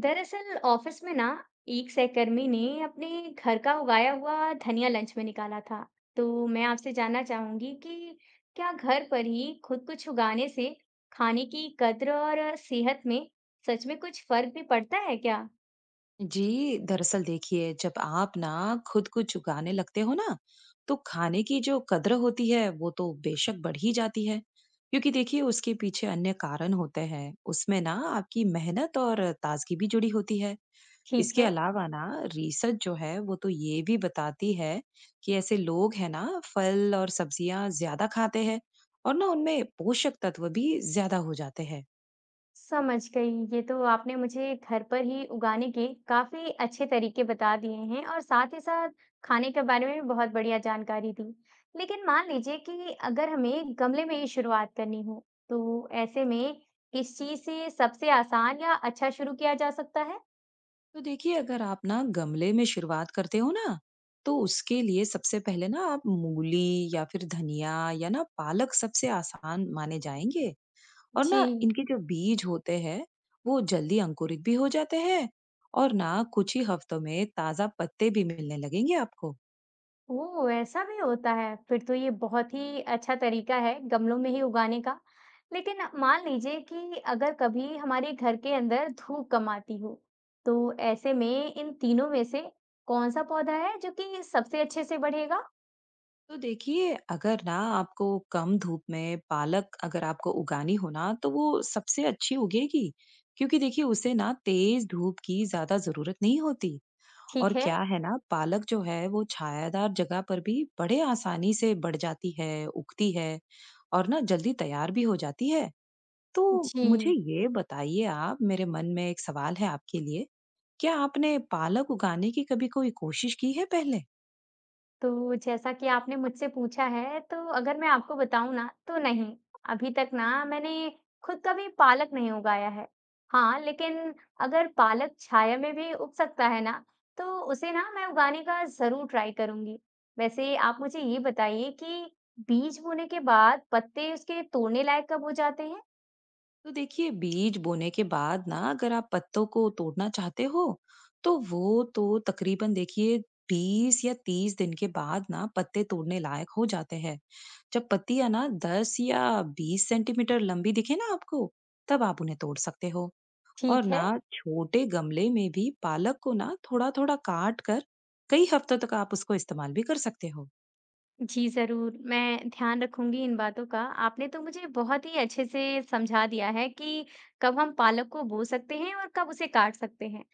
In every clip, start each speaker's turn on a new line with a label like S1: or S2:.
S1: दरअसल ऑफिस में ना एक सहकर्मी ने अपने घर का उगाया हुआ धनिया लंच में निकाला था। तो मैं आपसे जानना चाहूंगी कि क्या घर पर ही खुद कुछ उगाने से खाने की कद्र और सेहत में सच में कुछ फर्क भी पड़ता है क्या?
S2: जी, दरअसल देखिए, जब आप ना खुद को चुकाने लगते हो ना, तो खाने की जो कद्र होती है, वो तो बेशक बढ़ ही जाती है। क्योंकि देखिए, उसके पीछे अन्य कारण होते हैं। उसमें ना आपकी मेहनत और ताज़गी भी जुड़ी होती है।
S1: ठीक
S2: इसके
S1: है।
S2: अलावा ना रिसर्च जो है, वो तो ये भी बताती है कि ऐसे लोग हैं ना, फल और सब्जियाँ ज़्यादा खाते हैं और ना उनमें पोषक तत्व भी ज़्यादा हो जाते हैं।
S1: समझ गई। ये तो आपने मुझे घर पर ही उगाने के काफ़ी अच्छे तरीके बता दिए हैं और साथ ही साथ खाने के बारे में भी बहुत बढ़िया जानकारी दी। लेकिन मान लीजिए कि अगर हमें गमले में ही शुरुआत करनी हो, तो ऐसे में किस चीज़ से सबसे आसान या अच्छा शुरू किया जा सकता है?
S2: तो देखिए अगर आप ना गमले में शुरुआत करते हो ना तो उसके लिए सबसे पहले ना आप मूली या फिर धनिया या ना पालक सबसे आसान माने जाएंगे। और
S1: जी।
S2: ना इनके जो बीज होते हैं वो जल्दी अंकुरित भी हो जाते हैं और ना कुछ ही हफ्तों में ताजा पत्ते भी मिलने लगेंगे आपको।
S1: ओह! ऐसा भी होता है। फिर तो ये बहुत ही अच्छा तरीका है गमलों में ही उगाने का। लेकिन मान लीजिए कि अगर कभी हमारे घर के अंदर धूप कम आती हो, तो ऐसे में इन तीनों में से कौन-सा पौधा है जो कि सबसे अच्छे से बढ़ेगा?
S2: तो देखिए अगर ना आपको कम धूप में पालक अगर आपको उगानी हो ना तो वो सबसे अच्छी उगेगी। क्योंकि देखिए उसे ना तेज धूप की ज्यादा जरूरत नहीं होती। और
S1: ठीक है।
S2: क्या है ना पालक जो है वो छायादार जगह पर भी बड़े आसानी से बढ़ जाती है, उगती है और ना जल्दी तैयार भी हो जाती है। तो
S1: जी।
S2: मुझे ये बताइए, आप, मेरे मन में एक सवाल है आपके लिए, क्या आपने पालक उगाने की कभी कोई कोशिश की है पहले?
S1: तो जैसा कि आपने मुझसे पूछा है, तो अगर मैं आपको बताऊँ ना, तो नहीं, अभी तक ना मैंने खुद कभी पालक नहीं उगाया है। हाँ, लेकिन अगर पालक छाया में भी उग सकता है ना, तो उसे ना मैं उगाने का ज़रूर ट्राई करूँगी। वैसे आप मुझे ये बताइए कि बीज बोने के बाद पत्ते उसके तोड़ने लायक कब हो जाते हैं?
S2: तो देखिए बीज बोने के बाद ना अगर आप पत्तों को तोड़ना चाहते हो तो वो तो तकरीबन देखिए 20 या 30 दिन के बाद ना पत्ते तोड़ने लायक हो जाते हैं। जब पत्तियां ना 10 या 20 सेंटीमीटर लंबी दिखे ना आपको, तब आप उन्हें तोड़ सकते हो। और
S1: ठीक है।
S2: ना छोटे गमले में भी पालक को ना थोड़ा थोड़ा काट कर कई हफ्तों तक आप उसको इस्तेमाल भी कर सकते हो।
S1: जी, ज़रूर। मैं ध्यान रखूँगी इन बातों का। आपने तो मुझे बहुत ही अच्छे से समझा दिया है कि कब हम पालक को बो सकते हैं और कब उसे काट सकते हैं।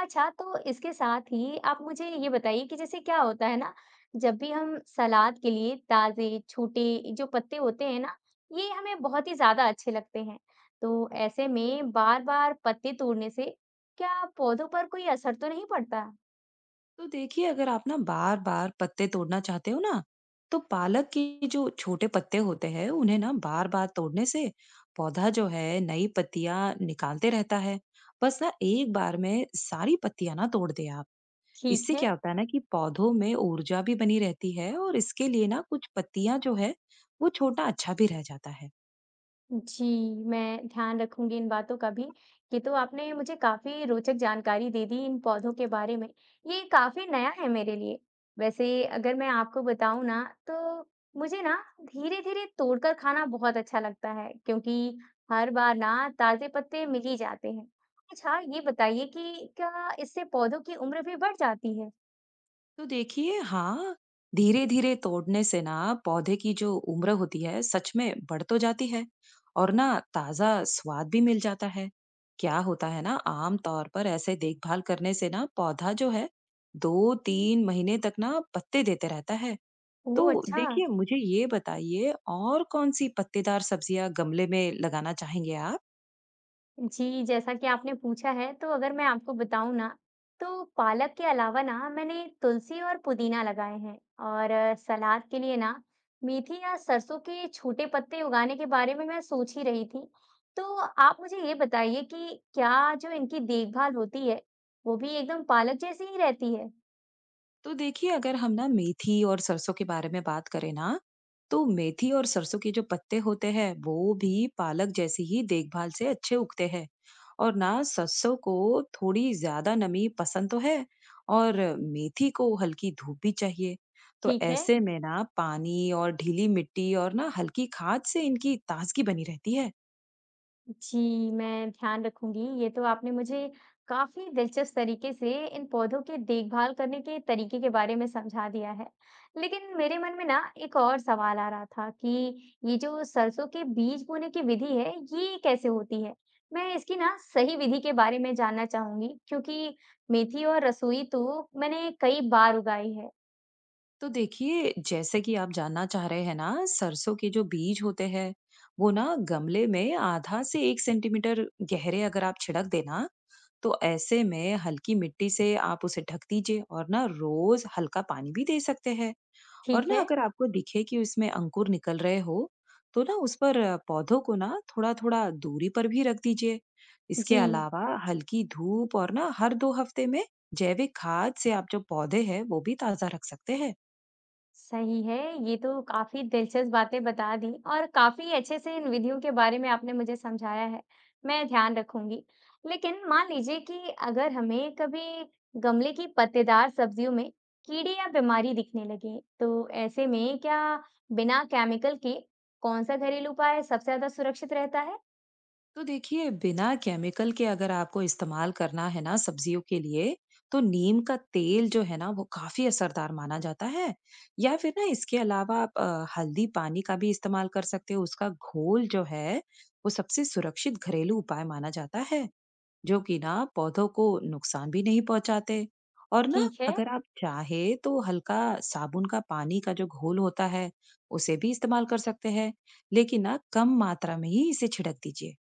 S1: अच्छा, तो इसके साथ ही आप मुझे ये बताइए कि जैसे क्या होता है ना, जब भी हम सलाद के लिए ताज़े, छोटे जो पत्ते होते हैं ना, ये हमें बहुत ही ज़्यादा अच्छे लगते हैं। तो ऐसे में बार-बार पत्ते तोड़ने से क्या पौधों पर कोई असर तो नहीं पड़ता?
S2: तो देखिए अगर आप ना बार बार पत्ते तोड़ना चाहते हो ना, तो पालक के जो छोटे पत्ते होते हैं उन्हें ना बार बार तोड़ने से पौधा जो है नई पत्तियां निकालते रहता है। बस ना एक बार में सारी पत्तियां ना तोड़ दे आप।
S1: ठीक
S2: इससे
S1: है,
S2: क्या होता है ना कि पौधों में ऊर्जा भी बनी रहती है और इसके लिए ना कुछ पत्तियां जो है वो छोटा अच्छा भी रह जाता है।
S1: जी, मैं ध्यान रखूँगी इन बातों का भी। ये तो आपने मुझे काफ़ी रोचक जानकारी दे दी इन पौधों के बारे में। ये काफ़ी नया है मेरे लिए। वैसे अगर मैं आपको बताऊँ ना, तो मुझे ना धीरे-धीरे तोड़कर खाना बहुत अच्छा लगता है, क्योंकि हर बार ना ताज़े पत्ते मिल ही जाते हैं। अच्छा, ये बताइए कि क्या इससे पौधों की उम्र भी बढ़ जाती है?
S2: तो देखिए हाँ, धीरे धीरे तोड़ने से ना पौधे की जो उम्र होती है सच में बढ़ तो जाती है और ना ताजा स्वाद भी मिल जाता है। क्या होता है ना आम तौर पर ऐसे देखभाल करने से ना पौधा जो है 2-3 महीने तक ना पत्ते देते रहता है। तो
S1: ओह! अच्छा।
S2: देखिए मुझे ये बताइए, और कौन-सी पत्तेदार सब्जियाँ गमले में लगाना चाहेंगे आप?
S1: जी, जैसा कि आपने पूछा है तो अगर मैं आपको बताऊँ ना, तो पालक के अलावा ना मैंने तुलसी और पुदीना लगाए हैं और सलाद के लिए ना मेथी या सरसों के छोटे पत्ते उगाने के बारे में मैं सोच ही रही थी। तो आप मुझे ये बताइए कि क्या जो इनकी देखभाल होती है, वो भी एकदम पालक जैसी ही रहती है?
S2: तो देखिए अगर हम ना मेथी और सरसों के बारे में बात करें ना, तो मेथी और सरसों के जो पत्ते होते हैं वो भी पालक जैसी ही देखभाल से अच्छे उगते हैं। और ना सरसों को थोड़ी ज़्यादा नमी पसंद तो है और मेथी को हल्की धूप भी चाहिए। तो
S1: ठीक है।
S2: ऐसे में ना पानी और ढीली मिट्टी और ना हल्की खाद से इनकी ताजगी बनी रहती है।
S1: जी, मैं ध्यान रखूंगी। ये तो आपने मुझे काफी दिलचस्प तरीके से इन पौधों की देखभाल करने के तरीके के बारे में समझा दिया है। लेकिन मेरे मन में ना एक और सवाल आ रहा था कि ये जो सरसों के बीज बोने की विधि है, ये कैसे होती है? मैं इसकी ना सही विधि के बारे में जानना चाहूंगी, क्योंकि मेथी और रसोई तो मैंने कई बार उगाई है।
S2: तो देखिए जैसे कि आप जानना चाह रहे हैं ना, सरसों के जो बीज होते हैं वो ना गमले में आधा से 1 सेंटीमीटर गहरे अगर आप छिड़क देना, तो ऐसे में हल्की मिट्टी से आप उसे ढक दीजिए और ना रोज हल्का पानी भी दे सकते हैं। और
S1: ठीक
S2: ना
S1: है?
S2: अगर आपको दिखे कि उसमें अंकुर निकल रहे हो, तो ना उस पर पौधों को ना थोड़ा थोड़ा दूरी पर भी रख दीजिए। इसके
S1: जी।
S2: अलावा हल्की धूप और ना हर 2 हफ्ते में जैविक खाद से आप जो पौधे हैं वो भी ताजा रख सकते हैं।
S1: सही है, ये तो काफ़ी दिलचस्प बातें बता दी और काफ़ी अच्छे से इन विधियों के बारे में आपने मुझे समझाया है। मैं ध्यान रखूँगी। लेकिन मान लीजिए कि अगर हमें कभी गमले की पत्तेदार सब्जियों में कीड़े या बीमारी दिखने लगे, तो ऐसे में क्या बिना केमिकल के कौन-सा घरेलू उपाय सबसे ज़्यादा सुरक्षित रहता है?
S2: तो देखिए बिना केमिकल के अगर आपको इस्तेमाल करना है ना सब्जियों के लिए, तो नीम का तेल जो है ना वो काफी असरदार माना जाता है। या फिर ना इसके अलावा आप हल्दी पानी का भी इस्तेमाल कर सकते हो। उसका घोल जो है वो सबसे सुरक्षित घरेलू उपाय माना जाता है, जो कि ना पौधों को नुकसान भी नहीं पहुंचाते। और ना
S1: ठीक है।
S2: अगर आप चाहे तो हल्का साबुन का पानी का जो घोल होता है उसे भी इस्तेमाल कर सकते हैं, लेकिन ना कम मात्रा में ही इसे छिड़क दीजिए।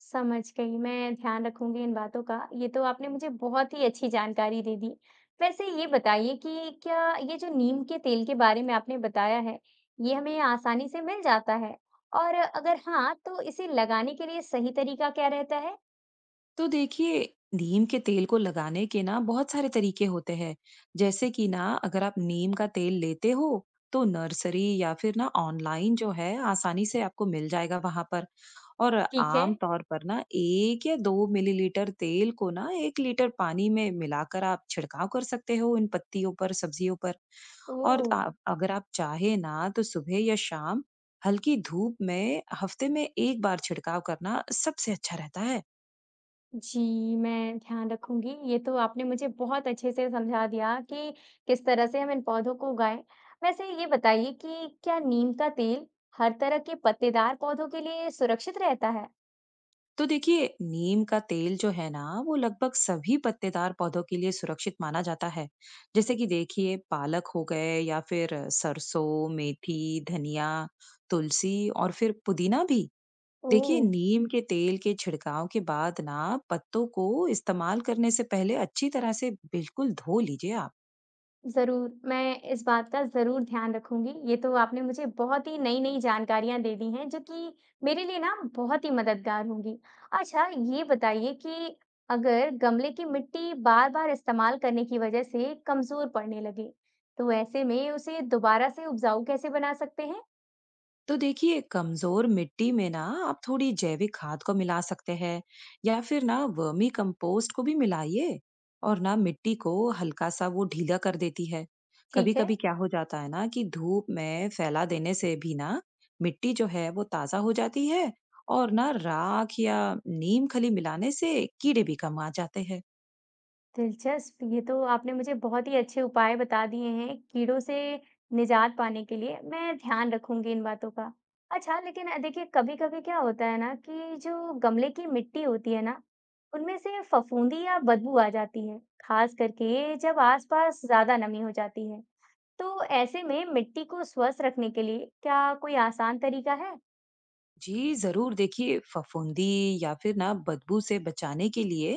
S1: समझ गई, मैं ध्यान रखूँगी इन बातों का। ये तो आपने मुझे बहुत ही अच्छी जानकारी दे दी। वैसे ये बताइए कि क्या ये जो नीम के तेल के बारे में आपने बताया है, ये हमें आसानी से मिल जाता है? और अगर हाँ, तो इसे लगाने के लिए सही तरीका क्या रहता है?
S2: तो देखिए नीम के तेल को लगाने के ना बहुत सारे तरीके होते हैं। जैसे कि ना अगर आप नीम का तेल लेते हो, तो नर्सरी या फिर ना ऑनलाइन जो है आसानी से आपको मिल जाएगा वहां पर। और
S1: ठीक है।
S2: आम तौर पर ना 1 या 2 मिलीलीटर तेल को ना 1 लीटर पानी में मिलाकर आप छिड़काव कर सकते हो इन पत्तियों पर, सब्जियों पर। और
S1: ओह!
S2: अगर आप चाहे ना तो सुबह या शाम हल्की धूप में हफ्ते में एक बार छिड़काव करना सबसे अच्छा रहता है।
S1: जी, मैं ध्यान रखूँगी। ये तो आपने मुझे बहुत अच्छे से समझा दिया कि किस तरह से हम इन पौधों को उगाएँ। वैसे ये बताइए कि क्या नीम का तेल हर तरह के पत्तेदार पौधों के लिए सुरक्षित रहता है?
S2: तो देखिए नीम का तेल जो है ना वो लगभग सभी पत्तेदार पौधों के लिए सुरक्षित माना जाता है। जैसे कि देखिए पालक हो गए या फिर सरसों, मेथी, धनिया, तुलसी और फिर पुदीना भी। देखिए
S1: ओह!
S2: नीम के तेल के छिड़काव के बाद ना पत्तों को इस्तेमाल करने से पहले अच्छी तरह से बिल्कुल धो लीजिए आप।
S1: ज़रूर, मैं इस बात का ज़रूर ध्यान रखूँगी। ये तो आपने मुझे बहुत ही नई-नई जानकारियाँ दे दी हैं, जो कि मेरे लिए ना बहुत ही मददगार होंगी। अच्छा, ये बताइए कि अगर गमले की मिट्टी बार-बार इस्तेमाल करने की वजह से कमज़ोर पड़ने लगे, तो ऐसे में उसे दोबारा से उपजाऊ कैसे बना सकते हैं?
S2: तो देखिए कमजोर मिट्टी में ना आप थोड़ी जैविक खाद को मिला सकते हैं या फिर ना वर्मी कंपोस्ट को भी मिलाइए, और ना मिट्टी को हल्का सा वो ढीला कर देती है। कभी
S1: ठीक है।
S2: कभी क्या हो जाता है ना कि धूप में फैला देने से भी ना मिट्टी जो है वो ताजा हो जाती है। और ना राख या नीम खली मिलाने से कीड़े भी कम आ जाते हैं।
S1: दिलचस्प! ये तो आपने मुझे बहुत ही अच्छे उपाय बता दिए हैं कीड़ों से निजात पाने के लिए। मैं ध्यान रखूँगी इन बातों का। अच्छा लेकिन देखिए कभी-कभी क्या होता है ना कि जो गमले की मिट्टी होती है ना, उनमें से फफूंदी या बदबू आ जाती है, खास करके जब आसपास ज़्यादा नमी हो जाती है। तो ऐसे में मिट्टी को स्वस्थ रखने के लिए क्या कोई आसान तरीका है?
S2: जी जरूर, देखिए फफूंदी या फिर ना बदबू से बचाने के लिए,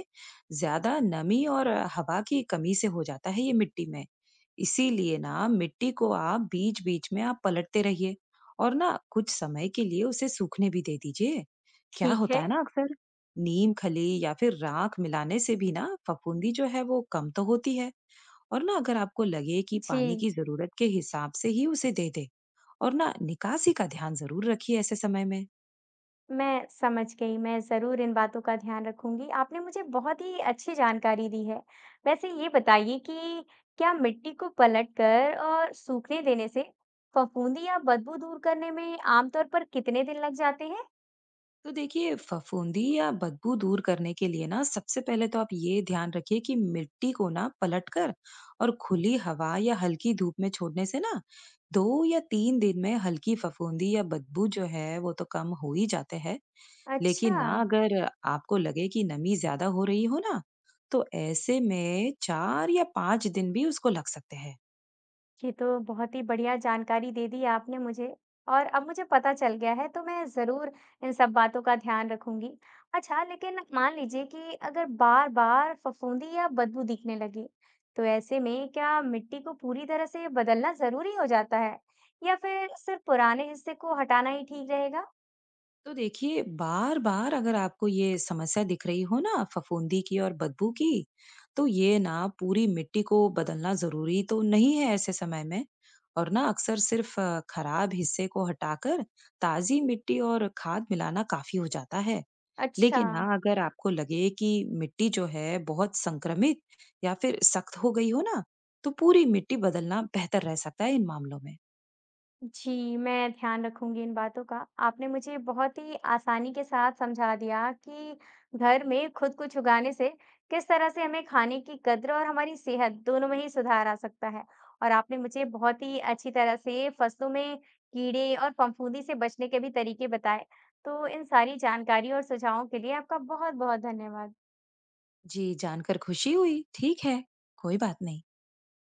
S2: ज्यादा नमी और हवा की कमी से हो जाता है ये मिट्टी में। इसीलिए ना मिट्टी को आप बीच बीच में आप पलटते रहिए और ना कुछ समय के लिए उसे सूखने भी दे दीजिए। क्या
S1: ठीक
S2: होता
S1: है।
S2: है ना अक्सर नीम खली या फिर राख मिलाने से भी ना फफूंदी जो है वो कम तो होती है। और ना अगर आपको लगे कि
S1: जी।
S2: पानी की जरूरत के हिसाब से ही उसे दे दे, और ना निकासी का ध्यान जरूर रखिए ऐसे समय में।
S1: मैं समझ गई, मैं ज़रूर इन बातों का ध्यान रखूँगी। आपने मुझे बहुत ही अच्छी जानकारी दी है। वैसे ये बताइए कि क्या मिट्टी को पलटकर और सूखने देने से फफूंदी या बदबू दूर करने में आम तौर पर कितने दिन लग जाते हैं?
S2: तो देखिए फफूंदी या बदबू दूर करने के लिए ना सबसे पहले तो आप ये ध्यान रखिए कि मिट्टी को ना पलटकर और खुली हवा या हल्की धूप में छोड़ने से ना 2 या 3 दिन में हल्की फफूंदी या बदबू जो है वो तो कम हो ही जाते हैं।
S1: अच्छा।
S2: लेकिन ना अगर आपको लगे कि नमी ज्यादा हो रही हो ना, तो ऐसे में 4 या 5 दिन भी उसको लग सकते हैं।
S1: ये तो बहुत ही बढ़िया जानकारी दे दी आपने मुझे और अब मुझे पता चल गया है तो मैं ज़रूर इन सब बातों का ध्यान रखूंगी। अच्छा, लेकिन मान लीजिए कि अगर बार-बार फफूंदी या बदबू दिखने लगी, तो ऐसे में क्या मिट्टी को पूरी तरह से बदलना ज़रूरी हो जाता है या फिर सिर्फ पुराने हिस्से को हटाना ही ठीक रहेगा?
S2: तो देखिए बार बार अगर आपको ये समस्या दिख रही हो ना, फफूंदी की और बदबू की, तो ये ना पूरी मिट्टी को बदलना जरूरी तो नहीं है ऐसे समय में। और ना अक्सर सिर्फ खराब हिस्से को हटाकर ताजी मिट्टी और खाद मिलाना काफी हो जाता है।
S1: अच्छा।
S2: लेकिन ना अगर आपको लगे कि मिट्टी जो है बहुत संक्रमित या फिर सख्त हो गई हो ना, तो पूरी मिट्टी बदलना बेहतर रह सकता है इन मामलों में।
S1: जी, मैं ध्यान रखूँगी इन बातों का। आपने मुझे बहुत ही आसानी के साथ समझा दिया कि घर में खुद कुछ उगाने से किस तरह से हमें खाने की कद्र और हमारी सेहत दोनों में ही सुधार आ सकता है। और आपने मुझे बहुत ही अच्छी तरह से फसलों में कीड़े और फफूंदी से बचने के भी तरीके बताए। तो इन सारी जानकारी और सुझावों के लिए आपका बहुत-बहुत धन्यवाद।
S2: जी, जानकर खुशी हुई। ठीक है, कोई बात नहीं।